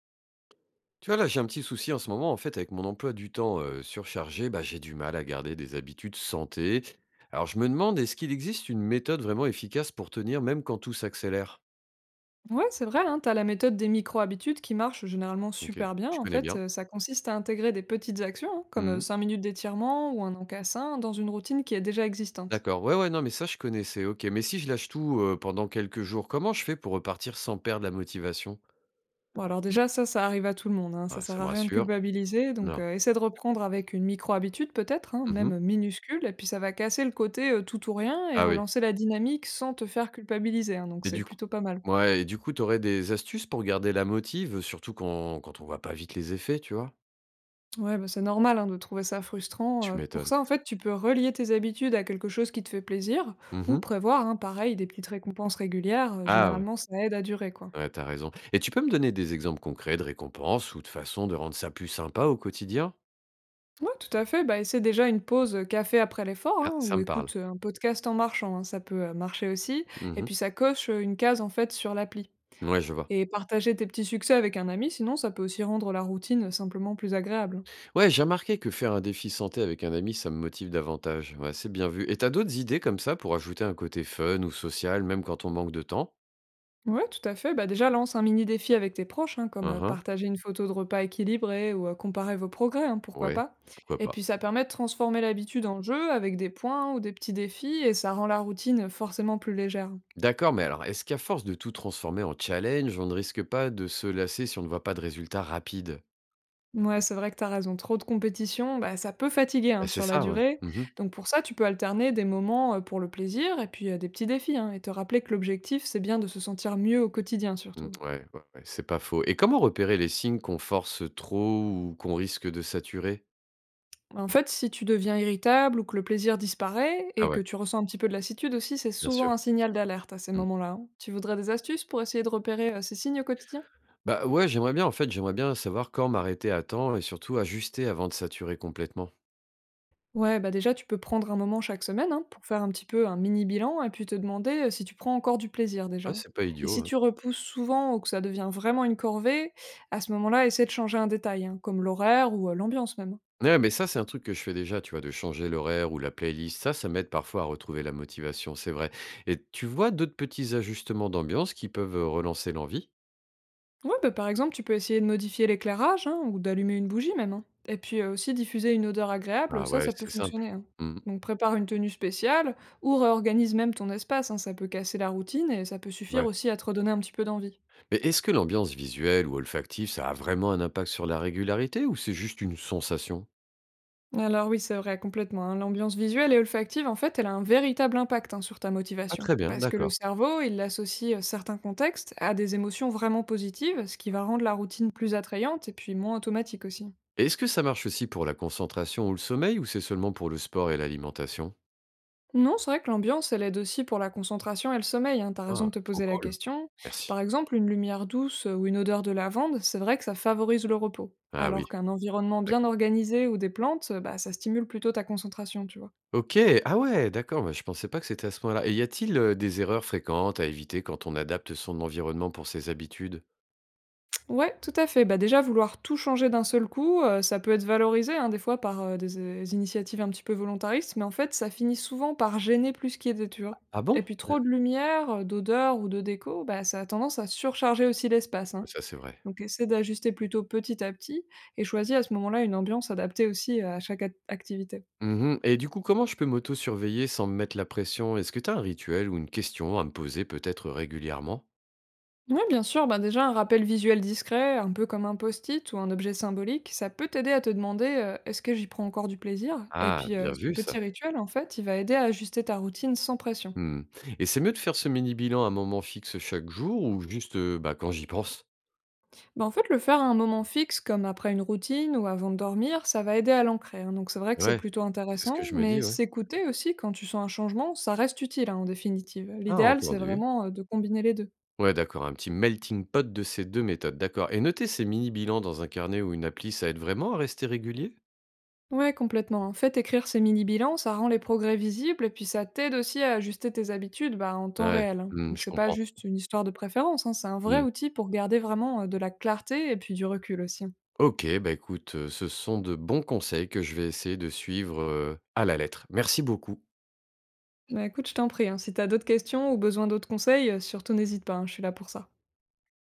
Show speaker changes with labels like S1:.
S1: Tu vois, là, j'ai un petit souci en ce moment. En fait, avec mon emploi du temps surchargé, bah, j'ai du mal à garder des habitudes santé. Alors, je me demande, est-ce qu'il existe une méthode vraiment efficace pour tenir, même quand tout s'accélère.
S2: Ouais, c'est vrai, hein, tu as la méthode des micro-habitudes qui marche généralement
S1: Ok,
S2: super bien.
S1: je
S2: En
S1: connais
S2: fait,
S1: bien.
S2: ça consiste à intégrer des petites actions, hein, comme
S1: Mhm.
S2: 5 minutes d'étirement ou un encassin, dans une routine qui est déjà existante.
S1: D'accord. Ouais, ouais, non, mais ça, je connaissais. Ok, mais si je lâche tout pendant quelques jours, comment je fais pour repartir sans perdre la motivation?
S2: Bon, alors déjà, ça arrive à tout le monde, hein, ça
S1: Ouais,
S2: sert
S1: ça me
S2: à rien de
S1: rassure.
S2: culpabiliser, donc
S1: Non.
S2: essaie de reprendre avec une micro-habitude peut-être, hein,
S1: Mhm.
S2: même minuscule, et puis ça va casser le côté tout ou rien et
S1: Ah oui.
S2: relancer la dynamique sans te faire culpabiliser, hein, donc
S1: Et
S2: c'est
S1: du coup,
S2: plutôt pas mal.
S1: ouais, et du coup, t'aurais des astuces pour garder la motive, surtout quand, quand on voit pas vite les effets, tu vois?
S2: Ouais, bah, c'est normal, hein, de trouver ça frustrant.
S1: Tu
S2: Pour
S1: m'étonnes.
S2: ça, en fait, tu peux relier tes habitudes à quelque chose qui te fait plaisir ou
S1: Mhm.
S2: prévoir, hein, pareil, des petites récompenses régulières.
S1: Ah ouais.
S2: Généralement, ça aide à durer, quoi.
S1: Ouais, t'as raison. Et tu peux me donner des exemples concrets de récompenses ou de façons de rendre ça plus sympa au quotidien?
S2: Ouais, tout à fait. Bah, essaie déjà une pause café après l'effort, hein,
S1: Ah, ça
S2: ou
S1: me parle.
S2: écoute un podcast en marchant, hein, ça peut marcher aussi. Et
S1: Mmh.
S2: puis, ça coche une case, en fait, sur l'appli.
S1: Ouais, je vois.
S2: Et partager tes petits succès avec un ami, sinon, ça peut aussi rendre la routine simplement plus agréable.
S1: Ouais, j'ai remarqué que faire un défi santé avec un ami, ça me motive davantage. Ouais, c'est bien vu. Et t'as d'autres idées comme ça pour ajouter un côté fun ou social, même quand on manque de temps?
S2: Ouais, tout à fait. Bah, déjà, lance un mini défi avec tes proches, hein, comme
S1: Hein, hein.
S2: partager une photo de repas équilibré ou comparer vos progrès, hein, pourquoi
S1: Ouais,
S2: pas.
S1: pourquoi
S2: Et
S1: pas.
S2: puis, ça permet de transformer l'habitude en jeu avec des points ou des petits défis et ça rend la routine forcément plus légère.
S1: D'accord, mais alors, est-ce qu'à force de tout transformer en challenge, on ne risque pas de se lasser si on ne voit pas de résultats rapides?
S2: Ouais, c'est vrai que t'as raison. Trop de compétition, bah, ça peut fatiguer, hein,
S1: Bah, c'est
S2: sur la
S1: ça, ouais.
S2: durée.
S1: Mmh.
S2: Donc, pour ça, tu peux alterner des moments pour le plaisir et puis des petits défis, hein, et te rappeler que l'objectif, c'est bien de se sentir mieux au quotidien
S1: Mmh,
S2: surtout.
S1: ouais, ouais, ouais, c'est pas faux. Et comment repérer les signes qu'on force trop ou qu'on risque de saturer?
S2: En fait, si tu deviens irritable ou que le plaisir disparaît
S1: Ah
S2: et que
S1: ouais,
S2: tu ressens un petit peu de lassitude aussi, c'est
S1: bien
S2: souvent
S1: sûr.
S2: un signal d'alerte à ces
S1: Mmh.
S2: moments-là, hein. Tu voudrais des astuces pour essayer de repérer ces signes au quotidien?
S1: Bah, ouais, j'aimerais bien, en fait, j'aimerais bien savoir quand m'arrêter à temps et surtout ajuster avant de saturer complètement.
S2: Ouais, bah déjà, tu peux prendre un moment chaque semaine, hein, pour faire un petit peu un mini bilan et puis te demander si tu prends encore du plaisir
S1: Ouais,
S2: déjà.
S1: c'est pas
S2: Et
S1: idiot,
S2: si
S1: hein.
S2: tu repousses souvent ou que ça devient vraiment une corvée, à ce moment-là, essaie de changer un détail, hein, comme l'horaire ou l'ambiance même, hein.
S1: Ouais, mais ça, c'est un truc que je fais déjà, tu vois, de changer l'horaire ou la playlist. Ça m'aide parfois à retrouver la motivation, c'est vrai. Et tu vois d'autres petits ajustements d'ambiance qui peuvent, relancer l'envie?
S2: Ouais, bah, par exemple, tu peux essayer de modifier l'éclairage, hein, ou d'allumer une bougie même, hein. Et puis aussi diffuser une odeur agréable,
S1: Ah
S2: ça,
S1: ouais,
S2: ça peut
S1: c'est simple.
S2: fonctionner, hein.
S1: Mmh.
S2: Donc prépare une tenue spéciale, ou réorganise même ton espace, hein, ça peut casser la routine et ça peut suffire
S1: Ouais.
S2: aussi à te redonner un petit peu d'envie.
S1: Mais est-ce que l'ambiance visuelle ou olfactive, ça a vraiment un impact sur la régularité ou c'est juste une sensation?
S2: Alors oui, c'est vrai, complètement, hein. L'ambiance visuelle et olfactive, en fait, elle a un véritable impact, hein, sur ta
S1: Ah,
S2: motivation.
S1: très bien,
S2: Parce que le
S1: d'accord.
S2: cerveau, il associe certains contextes à des émotions vraiment positives, ce qui va rendre la routine plus attrayante et puis moins automatique aussi.
S1: Et est-ce que ça marche aussi pour la concentration ou le sommeil ou c'est seulement pour le sport et l'alimentation?
S2: Non, c'est vrai que l'ambiance, elle aide aussi pour la concentration et le sommeil, hein, t'as raison
S1: Ah,
S2: de te
S1: trop
S2: poser la
S1: cool.
S2: question.
S1: Merci.
S2: Par exemple, une lumière douce ou une odeur de lavande, c'est vrai que ça favorise le repos.
S1: Ah oui,
S2: Alors qu'un environnement bien
S1: d'accord.
S2: organisé ou des plantes, bah, ça stimule plutôt ta concentration, tu vois.
S1: Ok, ah ouais, d'accord, moi, je pensais pas que c'était à ce point-là. Et y a-t-il des erreurs fréquentes à éviter quand on adapte son environnement pour ses habitudes?
S2: Ouais, tout à fait. Bah, déjà, vouloir tout changer d'un seul coup, ça peut être valorisé, hein, des fois par, des initiatives un petit peu volontaristes, mais en fait, ça finit souvent par gêner plus qu'aider, tu vois?
S1: Ah bon?
S2: Et puis trop
S1: D'accord.
S2: de lumière, d'odeur ou de déco, bah, ça a tendance à surcharger aussi l'espace, hein.
S1: Ça, c'est vrai.
S2: Donc essaie d'ajuster plutôt petit à petit et choisis à ce moment-là une ambiance adaptée aussi à chaque ac activité.
S1: Mhm. Et du coup, comment je peux m'auto-surveiller sans me mettre la pression? Est-ce que tu as un rituel ou une question à me poser peut-être régulièrement?
S2: Oui, bien sûr, bah déjà un rappel visuel discret, un peu comme un post-it ou un objet symbolique, ça peut t'aider à te demander, est-ce que j'y prends encore du plaisir? Et
S1: Ah,
S2: puis
S1: bien
S2: ce
S1: vu
S2: petit
S1: ça.
S2: rituel, en fait, il va aider à ajuster ta routine sans pression.
S1: Mmh. Et c'est mieux de faire ce mini bilan à un moment fixe chaque jour ou juste, bah, quand j'y pense?
S2: Bah, en fait, le faire à un moment fixe, comme après une routine ou avant de dormir, ça va aider à l'ancrer, hein. Donc c'est vrai que c'est
S1: Ouais,
S2: plutôt
S1: c'est ce que
S2: intéressant,
S1: je me
S2: mais
S1: dis, ouais.
S2: s'écouter aussi quand tu sens un changement, ça reste utile, hein, en définitive.
S1: Ah,
S2: L'idéal, c'est
S1: entendu.
S2: vraiment de combiner les deux.
S1: Ouais, d'accord, un petit melting pot de ces 2 méthodes, d'accord. Et noter ces mini bilans dans un carnet ou une appli, ça aide vraiment à rester régulier?
S2: Ouais, complètement. En fait, écrire ces mini-bilans, ça rend les progrès visibles et puis ça t'aide aussi à ajuster tes habitudes, bah, en temps
S1: Ouais,
S2: réel, hein.
S1: mmh,
S2: Donc,
S1: je
S2: c'est pas
S1: comprends.
S2: juste une histoire de préférence, hein, c'est un vrai
S1: Mmh.
S2: outil pour garder vraiment de la clarté et puis du recul aussi, hein.
S1: OK, bah, écoute, ce sont de bons conseils que je vais essayer de suivre, à la lettre. Merci beaucoup.
S2: Bah, écoute, je t'en prie, hein, si t'as d'autres questions ou besoin d'autres conseils, surtout n'hésite pas, hein, je suis là pour ça.